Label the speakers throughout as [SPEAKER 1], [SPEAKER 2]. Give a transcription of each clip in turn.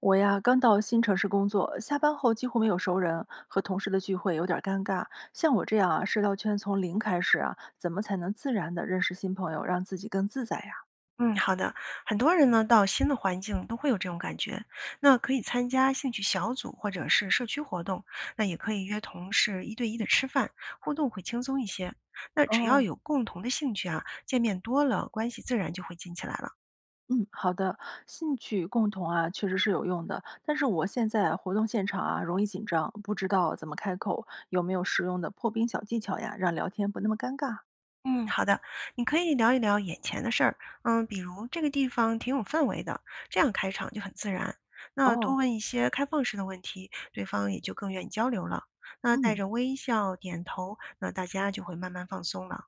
[SPEAKER 1] 我呀，刚到新城市工作，下班后几乎没有熟人，和同事的聚会有点儿尴尬。像我这样啊，社交圈从零开始啊，怎么才能自然的认识新朋友，让自己更自在呀？
[SPEAKER 2] 嗯，好的。很多人呢，到新的环境都会有这种感觉。那可以参加兴趣小组或者是社区活动，那也可以约同事一对一的吃饭，互动会轻松一些。那只要
[SPEAKER 1] 哦，
[SPEAKER 2] 有共同的兴趣啊，见面多了，关系自然就会近起来了。
[SPEAKER 1] 嗯，好的，兴趣共同啊，确实是有用的。但是我现在活动现场啊，容易紧张，不知道怎么开口，有没有实用的破冰小技巧呀，让聊天不那么尴尬？
[SPEAKER 2] 嗯，好的，你可以聊一聊眼前的事儿，比如这个地方挺有氛围的，这样开场就很自然。那多
[SPEAKER 1] 哦，
[SPEAKER 2] 问一些开放式的问题，对方也就更愿意交流了。那带
[SPEAKER 1] 嗯，
[SPEAKER 2] 着微笑点头，那大家就会慢慢放松了。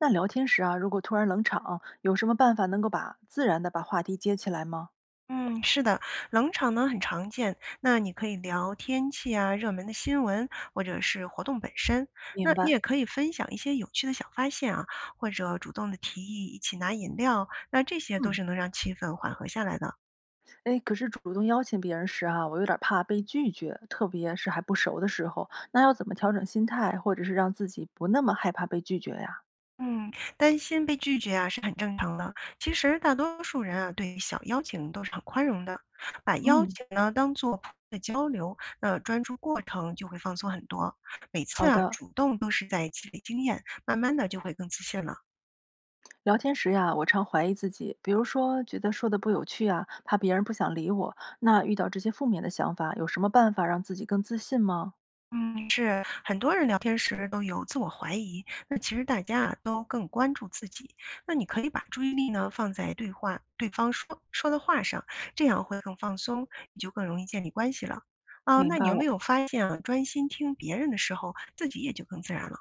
[SPEAKER 1] 那聊天时啊，如果突然冷场，有什么办法能够把自然的把话题接起来吗？
[SPEAKER 2] 嗯，是的，冷场呢很常见，那你可以聊天气啊、热门的新闻，或者是活动本身。那
[SPEAKER 1] 明
[SPEAKER 2] 你
[SPEAKER 1] 白。
[SPEAKER 2] 也可以分享一些有趣的小发现啊，或者主动的提议一起拿饮料，那这些都
[SPEAKER 1] 嗯。
[SPEAKER 2] 是能让气氛缓和下来的。
[SPEAKER 1] 哎，可是主动邀请别人时啊，我有点儿怕被拒绝，特别是还不熟的时候，那要怎么调整心态，或者是让自己不那么害怕被拒绝呀？
[SPEAKER 2] 嗯，担心被拒绝啊是很正常的。其实大多数人啊对小邀请都是很宽容的，把邀
[SPEAKER 1] 嗯，
[SPEAKER 2] 请呢当做普通的交流，那专注过程就会放松很多。每
[SPEAKER 1] 好
[SPEAKER 2] 次啊
[SPEAKER 1] 的，
[SPEAKER 2] 主动都是在积累经验，慢慢的就会更自信了。
[SPEAKER 1] 聊天时呀，我常怀疑自己，比如说觉得说的不有趣啊，怕别人不想理我。那遇到这些负面的想法，有什么办法让自己更自信吗？
[SPEAKER 2] 嗯，是，很多人聊天时都有自我怀疑，那其实大家啊都更关注自己。那你可以把注意力呢放在对话对方说的话上，这样会更放松，你就更容易建立关系了。啊，
[SPEAKER 1] 明
[SPEAKER 2] 那你
[SPEAKER 1] 白
[SPEAKER 2] 有没
[SPEAKER 1] 了。
[SPEAKER 2] 有发现啊，专心听别人的时候，自己也就更自然了？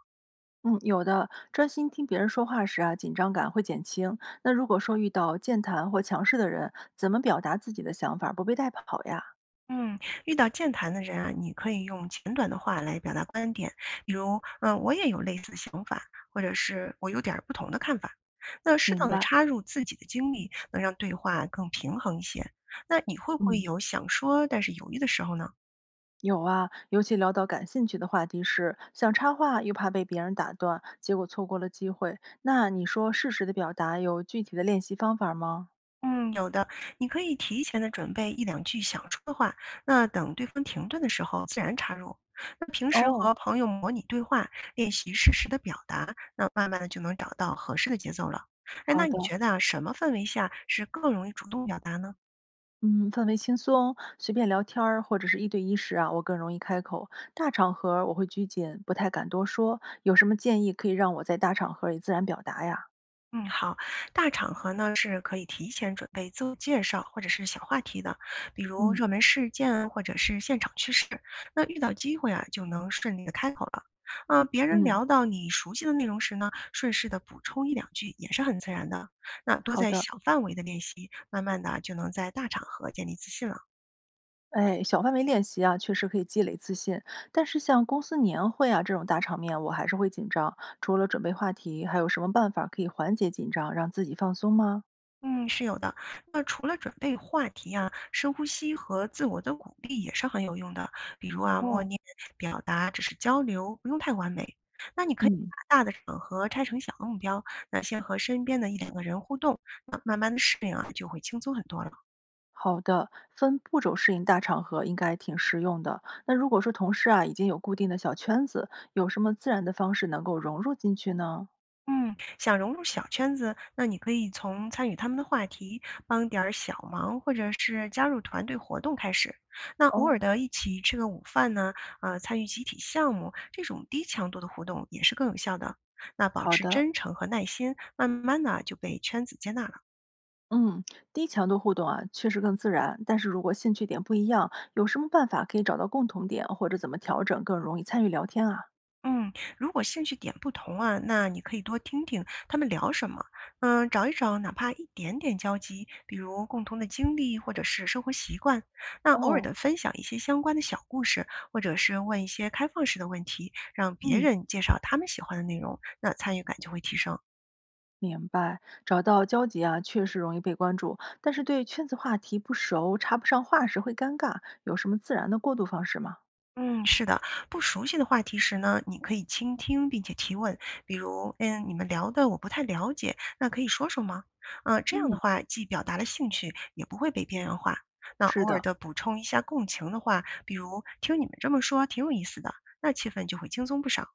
[SPEAKER 1] 嗯，有的。专心听别人说话时啊，紧张感会减轻。那如果说遇到健谈或强势的人，怎么表达自己的想法，不被带跑呀？
[SPEAKER 2] 嗯，遇到健谈的人啊，你可以用简短的话来表达观点，比如，我也有类似的想法，或者是我有点儿不同的看法。那适
[SPEAKER 1] 明
[SPEAKER 2] 当的
[SPEAKER 1] 白。
[SPEAKER 2] 插入自己的经历，能让对话更平衡一些。那你会不会
[SPEAKER 1] 嗯。
[SPEAKER 2] 有想说但是犹豫的时候呢？
[SPEAKER 1] 有啊，尤其聊到感兴趣的话题时，想插话又怕被别人打断，结果错过了机会。那你说适时的表达有具体的练习方法吗？
[SPEAKER 2] 嗯，有的，你可以提前的准备一两句想说的话，那等对方停顿的时候自然插入。那平时和
[SPEAKER 1] 哦，
[SPEAKER 2] 朋友模拟对话，练习适时的表达，那慢慢的就能找到合适的节奏了。哎，
[SPEAKER 1] 好
[SPEAKER 2] 那你
[SPEAKER 1] 的，
[SPEAKER 2] 觉得啊，什么氛围下是更容易主动表达呢？
[SPEAKER 1] 嗯，氛围轻松，随便聊天儿或者是一对一时啊，我更容易开口。大场合儿我会拘谨，不太敢多说。有什么建议可以让我在大场合里自然表达呀？
[SPEAKER 2] 嗯，好，大场合呢是可以提前准备自我介绍或者是小话题的，比如
[SPEAKER 1] 嗯
[SPEAKER 2] 热门事件或者是现场趋势。那遇到机会啊，就能顺利的开口了。啊、别人
[SPEAKER 1] 嗯，
[SPEAKER 2] 聊到你熟悉的内容时呢，顺势的补充一两句也是很自然的。那多
[SPEAKER 1] 好
[SPEAKER 2] 在
[SPEAKER 1] 的，
[SPEAKER 2] 小范围的练习，慢慢的就能在大场合建立自信了。
[SPEAKER 1] 哎，小范围练习啊，确实可以积累自信。但是像公司年会啊这种大场面，我还是会紧张。除了准备话题，还有什么办法可以缓解紧张，让自己放松吗？
[SPEAKER 2] 嗯，是有的。那除了准备话题啊，深呼吸和自我的鼓励也是很有用的。比如啊，默
[SPEAKER 1] 哦，
[SPEAKER 2] 念、表达只是交流，不用太完美。那你可以
[SPEAKER 1] 嗯，
[SPEAKER 2] 把大的场合拆成小的目标，那先和身边的一两个人互动，那慢慢的适应啊，就会轻松很多了。
[SPEAKER 1] 好的，分步骤适应大场合应该挺实用的。那如果说同事啊已经有固定的小圈子，有什么自然的方式能够融入进去呢？
[SPEAKER 2] 嗯，想融入小圈子，那你可以从参与他们的话题、帮点儿小忙，或者是加入团队活动开始。那偶尔
[SPEAKER 1] 哦，
[SPEAKER 2] 的一起吃个午饭呢，参与集体项目，这种低强度的互动也是更有效的。那保
[SPEAKER 1] 好
[SPEAKER 2] 持
[SPEAKER 1] 的，
[SPEAKER 2] 真诚和耐心，慢慢的就被圈子接纳了。
[SPEAKER 1] 嗯，低强度互动啊，确实更自然。但是如果兴趣点不一样，有什么办法可以找到共同点，或者怎么调整更容易参与聊天啊？
[SPEAKER 2] 嗯，如果兴趣点不同啊，那你可以多听听他们聊什么，找一找哪怕一点点交集，比如共同的经历或者是生活习惯。那偶尔
[SPEAKER 1] 哦，
[SPEAKER 2] 的分享一些相关的小故事，或者是问一些开放式的问题，让别
[SPEAKER 1] 嗯，
[SPEAKER 2] 人介绍他们喜欢的内容，那参与感就会提升。
[SPEAKER 1] 明白。找到交集啊，确实容易被关注，但是对圈子话题不熟，插不上话时会尴尬。有什么自然的过渡方式吗？
[SPEAKER 2] 嗯，是的，不熟悉的话题时呢，你可以倾听并且提问，比如，你们聊的我不太了解，那可以说说吗？啊、这样的
[SPEAKER 1] 嗯，
[SPEAKER 2] 话既表达了兴趣，也不会被边缘化。那
[SPEAKER 1] 是
[SPEAKER 2] 偶尔
[SPEAKER 1] 的，
[SPEAKER 2] 的补充一下共情的话，比如听你们这么说挺有意思的，那气氛就会轻松不少。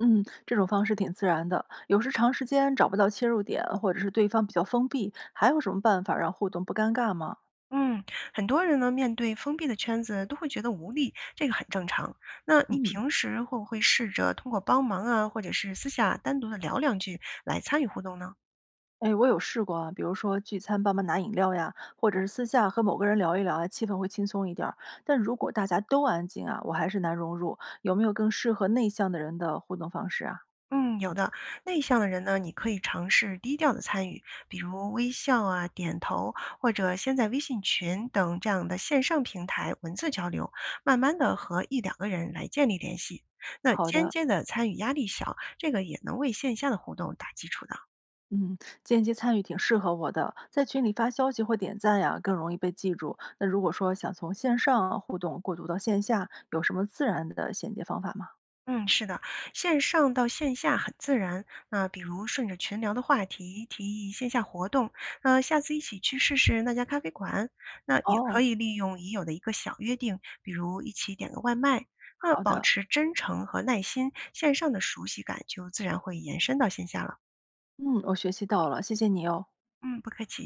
[SPEAKER 1] 嗯，这种方式挺自然的。有时长时间找不到切入点，或者是对方比较封闭，还有什么办法让互动不尴尬吗？
[SPEAKER 2] 嗯，很多人呢面对封闭的圈子都会觉得无力，这个很正常。那你
[SPEAKER 1] 嗯。
[SPEAKER 2] 平时会不会试着通过帮忙啊，或者是私下单独的聊两句来参与互动呢？
[SPEAKER 1] 哎，我有试过啊，比如说聚餐帮忙拿饮料呀，或者是私下和某个人聊一聊啊，气氛会轻松一点儿。但如果大家都安静啊，我还是难融入。有没有更适合内向的人的互动方式啊？
[SPEAKER 2] 嗯，有的。内向的人呢，你可以尝试低调的参与，比如微笑啊、点头，或者先在微信群等这样的线上平台文字交流，慢慢的和一两个人来建立联系。那
[SPEAKER 1] 好
[SPEAKER 2] 间
[SPEAKER 1] 的，
[SPEAKER 2] 接的参与压力小，这个也能为线下的互动打基础的。
[SPEAKER 1] 嗯，间接参与挺适合我的，在群里发消息或点赞呀，更容易被记住。那如果说想从线上互动过渡到线下，有什么自然的衔接方法吗？
[SPEAKER 2] 嗯，是的，线上到线下很自然。那比如顺着群聊的话题提议线下活动，那下次一起去试试那家咖啡馆。那也可
[SPEAKER 1] 哦，
[SPEAKER 2] 以利用已有的一个小约定，比如一起点个外卖。那
[SPEAKER 1] 好
[SPEAKER 2] 保
[SPEAKER 1] 的，
[SPEAKER 2] 持真诚和耐心，线上的熟悉感就自然会延伸到线下了。
[SPEAKER 1] 嗯，我学习到了，谢谢你哦。
[SPEAKER 2] 嗯，不客气。